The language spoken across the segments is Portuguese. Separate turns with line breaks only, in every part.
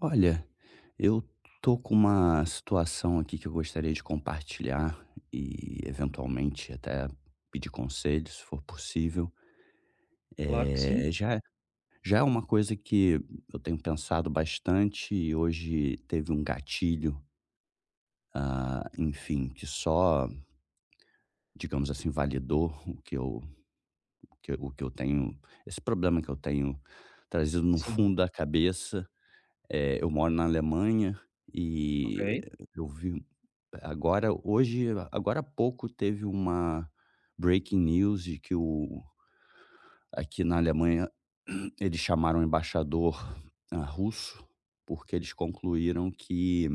Olha, eu tô com uma situação aqui que eu gostaria de compartilhar e eventualmente até pedir conselhos, se for possível.
Claro que sim,
É já já é uma coisa que eu tenho pensado bastante e hoje teve um gatilho, enfim, que só, digamos assim, validou o que eu tenho, esse problema que eu tenho trazido no
sim.
fundo da cabeça. Eu moro na Alemanha
Ok.
e eu vi agora, hoje agora há pouco teve uma breaking news de que o, aqui na Alemanha, eles chamaram o embaixador, russo, porque eles concluíram que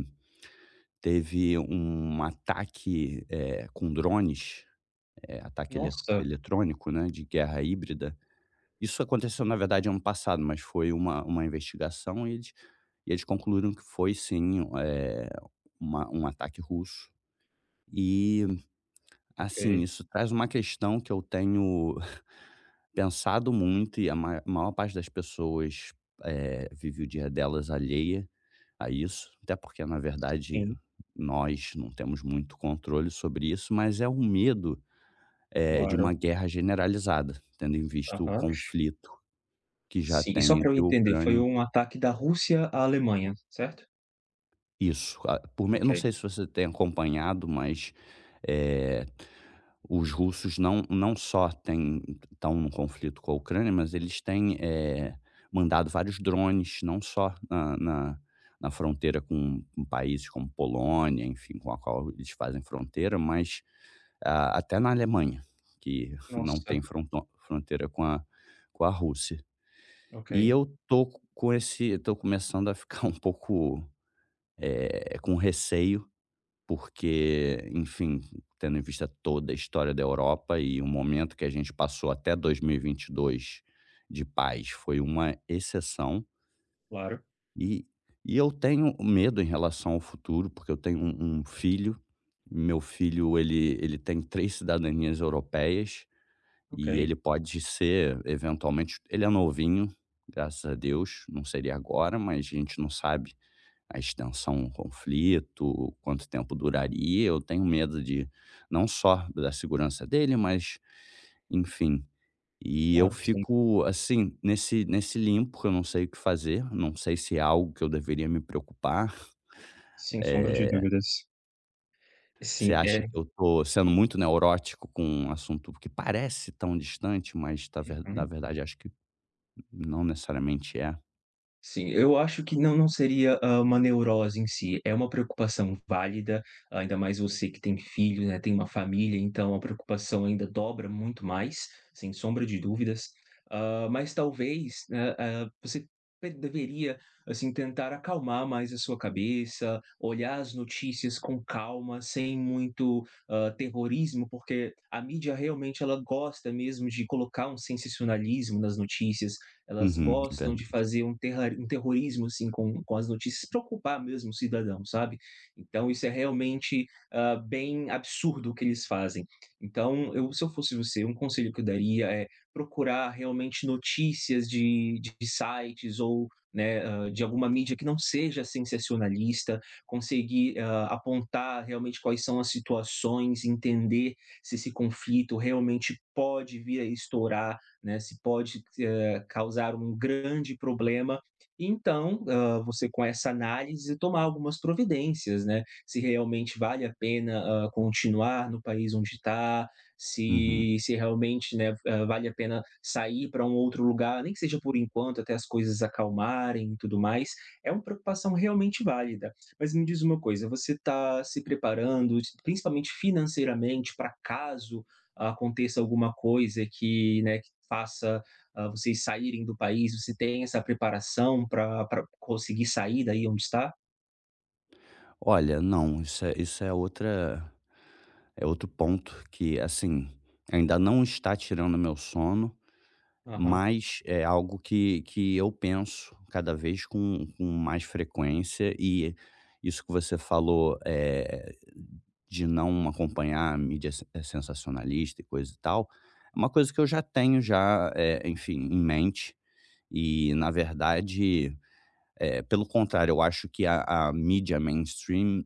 teve um ataque, com drones, ataque
Nossa,
eletrônico, né, de guerra híbrida. Isso aconteceu, na verdade, ano passado, mas foi uma investigação e eles concluíram que foi sim, uma, um ataque russo. E, assim,
ok.
isso traz uma questão que eu tenho pensado muito. E a ma maior parte das pessoas, vive o dia delas alheia a isso, até porque, na verdade,
Sim,
nós não temos muito controle sobre isso, mas é o medo, de
claro.
uma guerra generalizada, tendo em vista o
Aham.
conflito que já
Sim, e só
tem
para eu
entre a
entender, foi
Ucrânia.
um ataque da Rússia à Alemanha, certo?
Isso, ah, por me não
Ok.
sei se você tem acompanhado, mas, eh, os russos não só têm, estão num conflito com a Ucrânia, mas eles têm, mandado vários drones, não só na fronteira com países como Polônia, enfim, com a qual eles fazem fronteira, mas, até na Alemanha, que não
Nossa,
tem fronton fronteira com a, com a Rússia. E
ok.
eu tô com esse tô começando a ficar um pouco, com receio, porque, enfim, tendo em vista toda a história da Europa, e o momento que a gente passou até 2022 de paz foi uma exceção.
Claro,
E e eu tenho medo em relação ao futuro, porque eu tenho um filho. Meu filho, ele tem 3 cidadanias europeias
ok.
e ele pode ser eventualmente, ele é novinho, graças a Deus, não seria agora, mas a gente não sabe a extensão do conflito, quanto tempo duraria. Eu tenho medo, de não só da segurança dele, mas enfim. E eu
Claro que sim.
fico assim, nesse limpo que eu não sei o que fazer, não sei se é algo que eu deveria me preocupar.
Sem sombra de
Eh,
dúvidas.
Você
Sim,
acha
é.
que eu tô sendo muito neurótico com um assunto que parece tão distante, mas tá ver na
Uhum.
verdade acho que não necessariamente é.
Sim, eu acho que não seria, uma neurose em si, é uma preocupação válida, ainda mais você que tem filho, né, tem uma família, então a preocupação ainda dobra muito mais, sem sombra de dúvidas. Ah, mas talvez, né, você pe deveria, assim, tentar acalmar mais a sua cabeça, olhar as notícias com calma, sem muito, terrorismo, porque a mídia realmente ela gosta mesmo de colocar um sensacionalismo nas notícias, elas
Uhum, é
gostam de
verdade.
fazer um terra um terrorismo, assim, com as notícias, preocupar mesmo o cidadão, sabe. Então isso é realmente, bem absurdo o que eles fazem. Então eu se eu fosse você, um conselho que eu daria é procurar realmente notícias de sites ou, né, de alguma mídia que não seja sensacionalista, conseguir, apontar realmente quais são as situações, entender se esse conflito realmente pode vir a estourar, né, se pode causar um grande problema. Então, você com essa análise tomar algumas providências, né, se realmente vale a pena, continuar no país onde está,
Uhum.
se realmente, né, vale a pena sair para um outro lugar, nem que seja por enquanto, até as coisas acalmarem e tudo mais. É uma preocupação realmente válida. Mas me diz uma coisa, você está se preparando, principalmente financeiramente, para caso aconteça alguma coisa que, né, que faça vocês saírem do país, você tem essa preparação para pra conseguir sair daí onde está?
Olha, não, isso é outra, é outro ponto que, assim, ainda não está tirando meu sono,
Aham.
mas é algo que eu penso cada vez com mais frequência. E isso que você falou, de não acompanhar a mídia se sensacionalista e coisa e tal, é uma coisa que eu já tenho já, enfim, em mente. E, na verdade, pelo contrário, eu acho que a mídia mainstream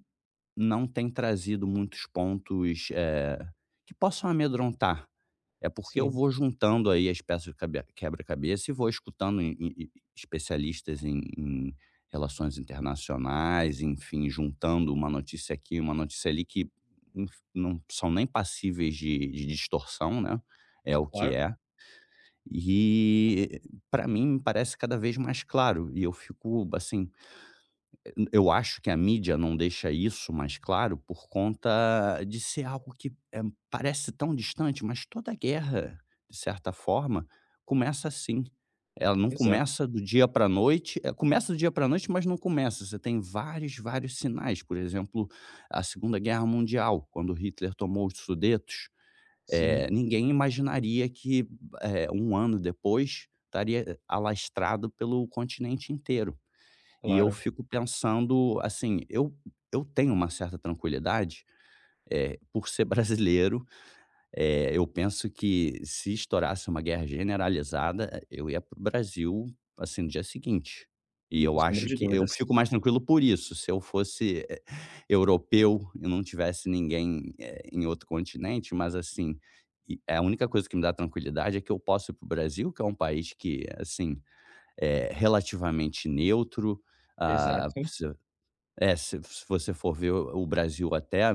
não tem trazido muitos pontos, que possam amedrontar. É porque eu
Sim,
vou juntando aí as peças do cabe quebra-cabeça e vou escutando especialistas em relações internacionais, enfim, juntando uma notícia aqui, uma notícia ali, que inf não são nem passíveis de distorção, né, é o que
claro.
é. E para mim, me parece cada vez mais claro, e eu fico, assim, eu acho que a mídia não deixa isso mais claro por conta de ser algo que, parece tão distante. Mas toda guerra, de certa forma, começa assim. Ela não
Exato.
começa do dia para a noite, começa do dia para a noite, mas não começa, você tem vários, vários sinais. Por exemplo, a Segunda Guerra Mundial, quando Hitler tomou os Sudetos,
Sim,
ninguém imaginaria que, um ano depois, estaria alastrado pelo continente inteiro. E eu
claro.
fico pensando, assim, eu tenho uma certa tranquilidade, por ser brasileiro. Eu penso que se estourasse uma guerra generalizada, eu ia para o Brasil, assim, no dia seguinte. E
Sem
eu
sombra
acho
de
que eu
dúvidas.
fico mais tranquilo por isso. Se eu fosse, europeu e não tivesse ninguém, em outro continente, mas assim, e a única coisa que me dá tranquilidade é que eu posso ir para o Brasil, que é um país que, assim, é relativamente neutro. Ah,
Exato.
se é, se você for ver, o Brasil até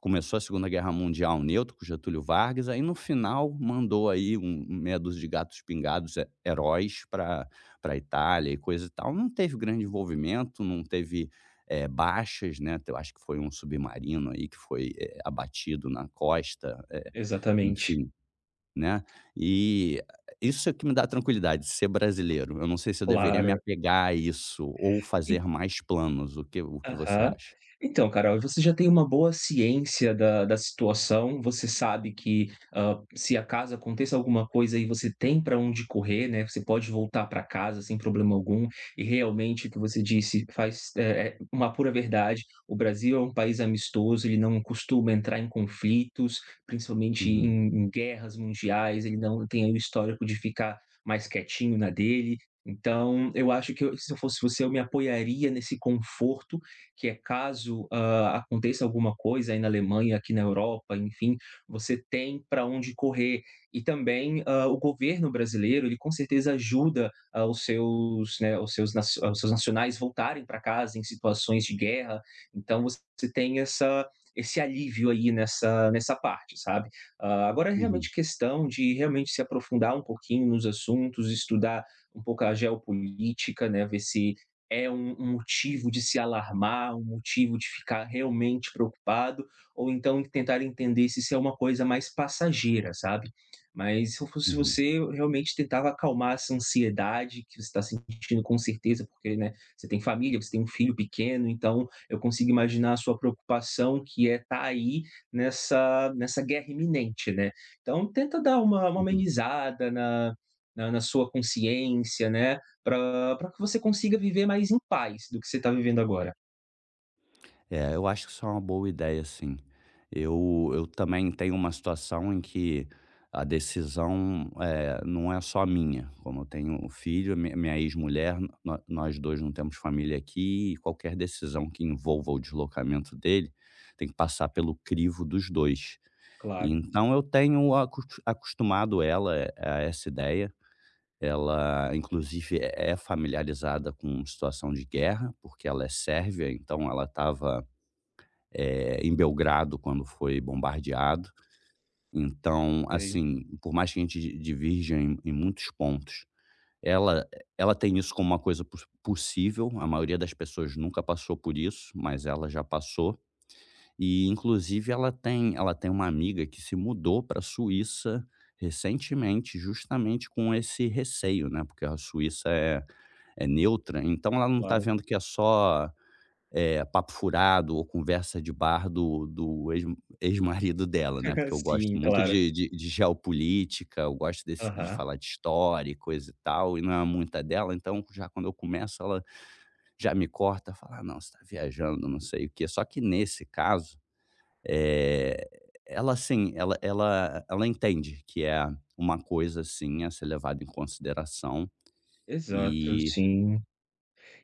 começou a Segunda Guerra Mundial neutro com Getúlio Vargas, aí no final mandou aí um meia dúzia de gatos pingados, he heróis para, pra Itália e coisa e tal. Não teve grande envolvimento, não teve, baixas, né, eu acho que foi um submarino aí que foi, abatido na costa,
Exatamente.
enfim. Né, e isso é o que me dá tranquilidade, ser brasileiro. Eu não sei se eu deveria me
Claro.
apegar a isso ou fazer mais planos. O que você
Aham.
acha?
Então, Carol, você já tem uma boa ciência da situação, você sabe que, se acaso aconteça alguma coisa aí, você tem para onde correr, né, você pode voltar para casa sem problema algum, e realmente o que você disse faz é é uma pura verdade, o Brasil é um país amistoso, ele não costuma entrar em conflitos, principalmente
Uhum,
em guerras mundiais, ele não tem o histórico de ficar mais quietinho na dele. Então, eu acho que eu se eu fosse você, eu me apoiaria nesse conforto que é caso, aconteça alguma coisa aí na Alemanha, aqui na Europa, enfim, você tem para onde correr. E também, o governo brasileiro, ele com certeza ajuda, os seus, né, os seus nacionais voltarem para casa em situações de guerra, então você tem essa esse alívio aí nessa parte, sabe. Agora é
uhum,
realmente questão de realmente se aprofundar um pouquinho nos assuntos, estudar um pouco a geopolítica, né, ver se é um motivo de se alarmar, um motivo de ficar realmente preocupado, ou então tentar entender se isso é uma coisa mais passageira, sabe. Mas se eu fosse
uhum,
você, eu realmente tentava acalmar essa ansiedade que você está sentindo com certeza, porque, né, você tem família, você tem um filho pequeno, então eu consigo imaginar a sua preocupação que é estar aí nessa guerra iminente, né. Então tenta dar uma
uhum.
amenizada na sua consciência, né, pra que você consiga viver mais em paz do que você tá vivendo agora.
É, eu acho que isso é uma boa ideia sim. Eu também tenho uma situação em que a decisão, não é só minha, como eu tenho um filho, mi minha ex-mulher, nó nós 2 não temos família aqui, e qualquer decisão que envolva o deslocamento dele, tem que passar pelo crivo dos dois. E
Claro,
então eu tenho acostumado ela, a essa ideia. Ela, inclusive, é, é familiarizada com situação de guerra, porque ela é sérvia, então ela estava, em Belgrado quando foi bombardeado. Então,
sei,
assim, por mais que a gente di divirja em muitos pontos, ela ela tem isso como uma coisa possível. A maioria das pessoas nunca passou por isso, mas ela já passou. E inclusive ela tem uma amiga que se mudou pra Suíça recentemente, justamente com esse receio, né, porque a Suíça é, é neutra, então ela não está
claro.
vendo que é só, papo furado ou conversa de bar do ex ex-marido dela, né. Porque eu gosto
Sim,
muito
claro.
de geopolítica, eu gosto desse, de
Aham.
falar de história e coisa e tal, e não é muita dela, então já quando eu começo, ela já me corta, fala: "Ah não, você tá viajando, não sei o quê". Só que nesse caso eh, ela assim, ela entende que é uma coisa, assim, a ser levada em consideração.
Exato,
e
sim.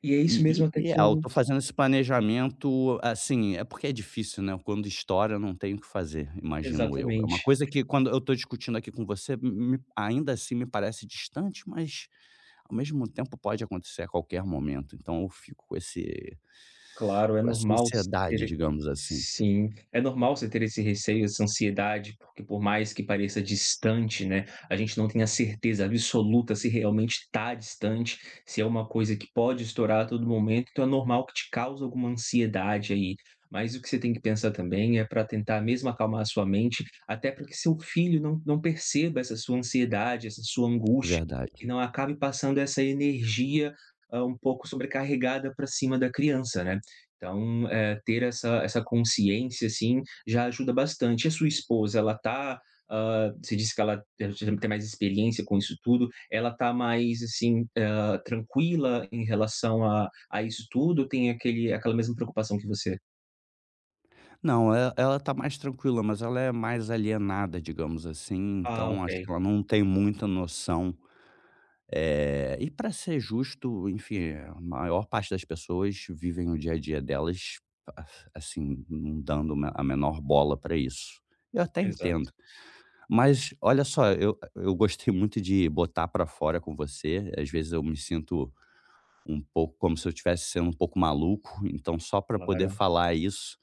E é isso mesmo até
e
que
é, eu
eu
tô fazendo esse planejamento, assim, é porque é difícil, né, quando estoura eu não tenho o que fazer, imagino eu. É uma
exatamente.
coisa que, quando eu tô discutindo aqui com você, me ainda assim me parece distante, mas ao mesmo tempo pode acontecer a qualquer momento, então eu fico com esse
Claro, é
com essa
normal s
ansiedade,
ter
digamos assim.
sim, é normal você ter esse receio, essa ansiedade, porque por mais que pareça distante, né, a gente não tem a certeza absoluta se realmente está distante, se é uma coisa que pode estourar a todo momento, então é normal que te cause alguma ansiedade aí. Mas o que você tem que pensar também é para tentar mesmo acalmar a sua mente, até para que seu filho não perceba essa sua ansiedade, essa sua angústia, e
Verdade.
não acabe passando essa energia, um pouco sobrecarregada para cima da criança, né. Então, ter essa consciência, assim, já ajuda bastante. E a sua esposa, ela tá, você disse que ela tem já tem mais experiência com isso tudo, ela tá mais, assim, tranquila em relação a isso tudo? Ou tem aquele aquela mesma preocupação que você?
Não, e ela tá mais tranquila, mas ela é mais alienada, digamos assim,
Ah,
então acho
ok.
que ela não tem muita noção, e para ser justo, enfim, a maior parte das pessoas vivem o dia a dia delas, a- assim, não dando a menor bola para isso. Eu até
Exato,
entendo, mas olha só, eu gostei muito de botar para fora com você. Às vezes eu me sinto um pouco como se eu estivesse sendo um pouco maluco, então só para poder
claro.
falar isso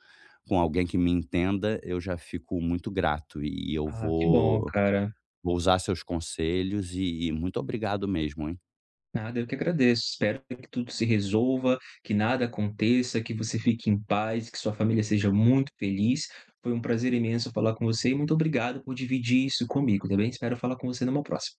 com alguém que me entenda, eu já fico muito grato. E eu
Ah, que bom, cara.
vou usar seus conselhos, e muito obrigado mesmo, hein.
Nada, eu que agradeço. Espero que tudo se resolva, que nada aconteça, que você fique em paz, que sua família seja muito feliz. Foi um prazer imenso falar com você e muito obrigado por dividir isso comigo, tá bem? Espero falar com você numa próxima.